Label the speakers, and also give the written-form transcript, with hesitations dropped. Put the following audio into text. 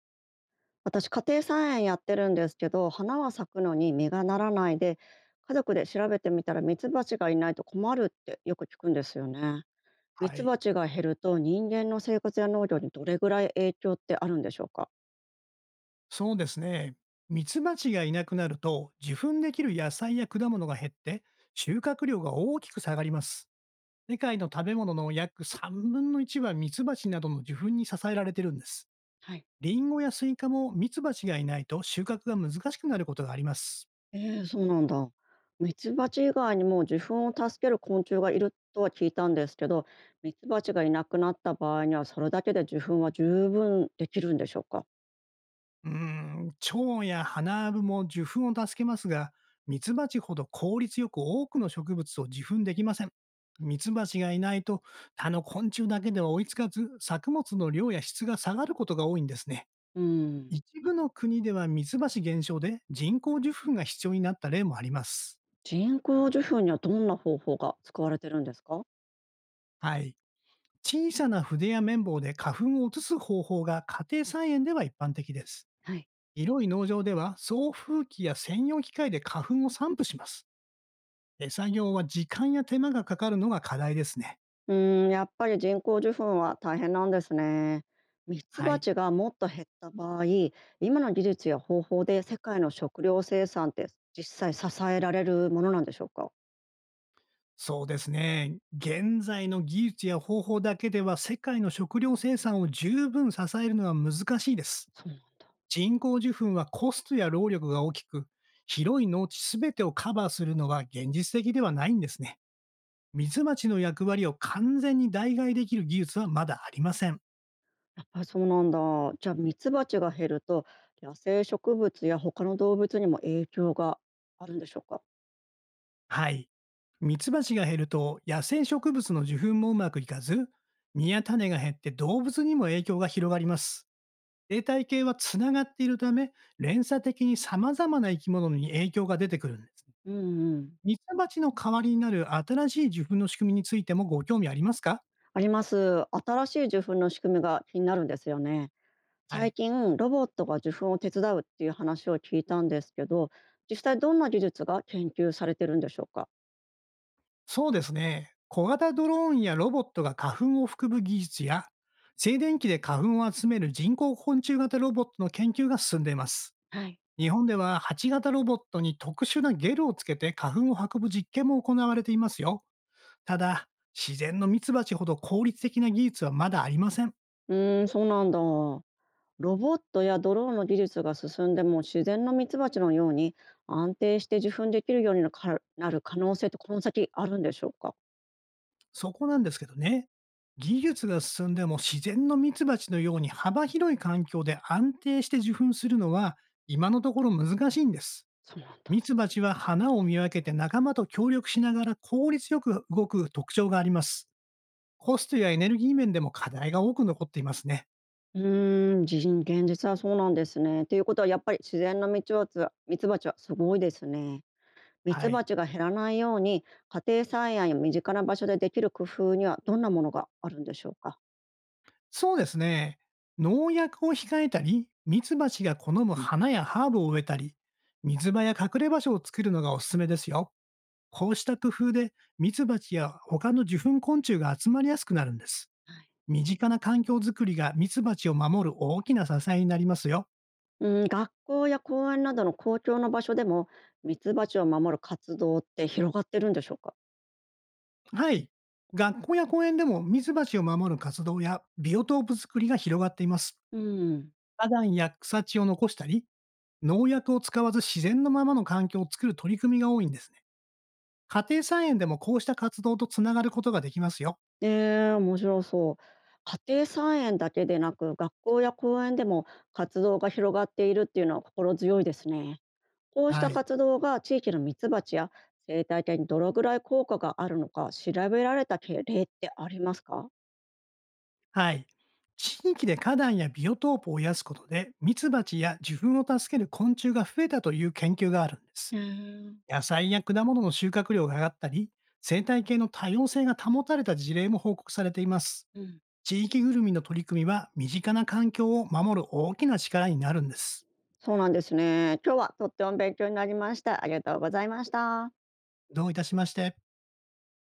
Speaker 1: 私、家庭菜園やってるんですけど、花は咲くのに実がならないで、家族で調べてみたら、ミツバチがいないと困るってよく聞くんですよね。ミ
Speaker 2: は
Speaker 1: ツ
Speaker 2: い。
Speaker 1: バチが減ると、人間の生活や農業にどれぐらい影響ってあるんでしょうか？
Speaker 2: そうですね。ミツバチがいなくなると、受粉できる野菜や果物が減って、収穫量が大きく下がります。世界の食べ物の約3分の1はミツバチなどの受粉に支えられてるんです。
Speaker 1: はい。
Speaker 2: リンゴやスイカもミツバチがいないと収穫が難しくなることがあります。
Speaker 1: そうなんだ。ミツバチ以外にも受粉を助ける昆虫がいるとは聞いたんですけど、ミツバチがいなくなった場合にはそれだけで受粉は十分できるんでしょうか？
Speaker 2: うーん、蝶や花粉も受粉を助けますが、ミツバチほど効率よく多くの植物を受粉できません。ミツバチがいないと、他の昆虫だけでは追いつかず、作物の量や質が下がることが多いんですね。
Speaker 1: うん。
Speaker 2: 一部の国ではミツバチ減少で人工受粉が必要になった例もあります。
Speaker 1: 人工受粉にはどんな方法が使われてるんですか？
Speaker 2: はい。小さな筆や綿棒で花粉を移す方法が家庭菜園では一般的です。
Speaker 1: はい。
Speaker 2: 広い農場では送風機や専用機械で花粉を散布します。手作業は時間や手間がかかるのが課題ですね。
Speaker 1: うーん、やっぱり人工授粉は大変なんですね。ミツ
Speaker 2: は
Speaker 1: バ
Speaker 2: い。
Speaker 1: チがもっと減った場合、今の技術や方法で世界の食料生産って実際支えられるものなんでしょうか？
Speaker 2: そうですね。現在の技術や方法だけでは世界の食料生産を十分支えるのは難しいです。
Speaker 1: そうなんだ。
Speaker 2: 人工受粉はコストや労力が大きく、広い農地すべてをカバーするのは現実的ではないんですね。ミツバチの役割を完全に代替できる技術はまだありません。
Speaker 1: やっぱりそうなんだ。じゃあ、ミツバチが減ると、野生植物や他の動物にも影響があるんでしょうか？
Speaker 2: はい。ミツバチが減ると野生植物の受粉もうまくいかず、実や種が減って動物にも影響が広がります。生態系はつながっているため、連鎖的に様々な生き物に影響が出てくるんです。
Speaker 1: うんうん。
Speaker 2: ミツバチの代わりになる新しい受粉の仕組みについてもご興味ありますか？
Speaker 1: あります。新しい受粉の仕組みが気になるんですよね。
Speaker 2: は
Speaker 1: 最
Speaker 2: い。
Speaker 1: 近、ロボットが受粉を手伝うっていう話を聞いたんですけど、実際どんな技術が研究されてるんでしょうか？
Speaker 2: そうですね。小型ドローンやロボットが花粉を含む技術や、静電気で花粉を集める人工昆虫型ロボットの研究が進んでいます。
Speaker 1: はい。
Speaker 2: 日本では8型ロボットに特殊なゲルをつけて花粉を運ぶ実験も行われていますよ。ただ、自然のミツバチほど効率的な技術はまだありません。
Speaker 1: うーん、そうなんだ。ロボットやドローンの技術が進んでも、自然のミツバチのように安定して受粉できるようになかなる可能性ってこの先あるんでしょうか？
Speaker 2: そこなんですけどね。技術が進んでも自然のミツバチのように幅広い環境で安定して受粉するのは、今のところ難しいんです。
Speaker 1: そうなん
Speaker 2: ミ
Speaker 1: だ。
Speaker 2: ツバチは花を見分けて仲間と協力しながら効率よく動く特徴があります。コストやエネルギー面でも課題が多く残っていますね。
Speaker 1: うーん、現実はそうなんですね。ということは、やっぱり自然のミツバチはすごいですね。ミ
Speaker 2: は
Speaker 1: ツバ
Speaker 2: い。
Speaker 1: チが減らないように、家庭菜園や身近な場所でできる工夫にはどんなものがあるんでしょうか？
Speaker 2: そうですね。農薬を控えたり、ミツバチが好む花やハーブを植えたり、水場や隠れ場所を作るのがおすすめですよ。こうした工夫で、ミツバチや他の受粉昆虫が集まりやすくなるんです。身近な環境づくりがミツバチを守る大きな支えになりますよ。
Speaker 1: うん、学校や公園などの公共の場所でもミツバチを守る活動って広がってるんでしょうか？
Speaker 2: はい。学校や公園でもミツバチを守る活動やビオトープ作りが広がっています。
Speaker 1: うん、
Speaker 2: 花壇や草地を残したり、農薬を使わず自然のままの環境を作る取り組みが多いんですね。家庭菜園でもこうした活動とつながることができますよ。
Speaker 1: 面白そう。家庭菜園だけでなく、学校や公園でも活動が広がっているっていうのは心強いですね。こうし
Speaker 2: は
Speaker 1: た
Speaker 2: い。
Speaker 1: 活動が地域のミツバチや生態系にどのぐらい効果があるのか調べられた例ってありますか？
Speaker 2: はい。地域で花壇やビオトープを増やすことで、ミツバチや受粉を助ける昆虫が増えたという研究があるんで
Speaker 1: う
Speaker 2: す。
Speaker 1: ーん。
Speaker 2: 野菜や果物の収穫量が上がったり、生態系の多様性が保たれた事例も報告されています。
Speaker 1: うん。
Speaker 2: 地域ぐるみの取り組みは、身近な環境を守る大きな力になるんです。
Speaker 1: そうなんですね。今日はとっても勉強になりました。ありがとうございました。
Speaker 2: どういたしまして。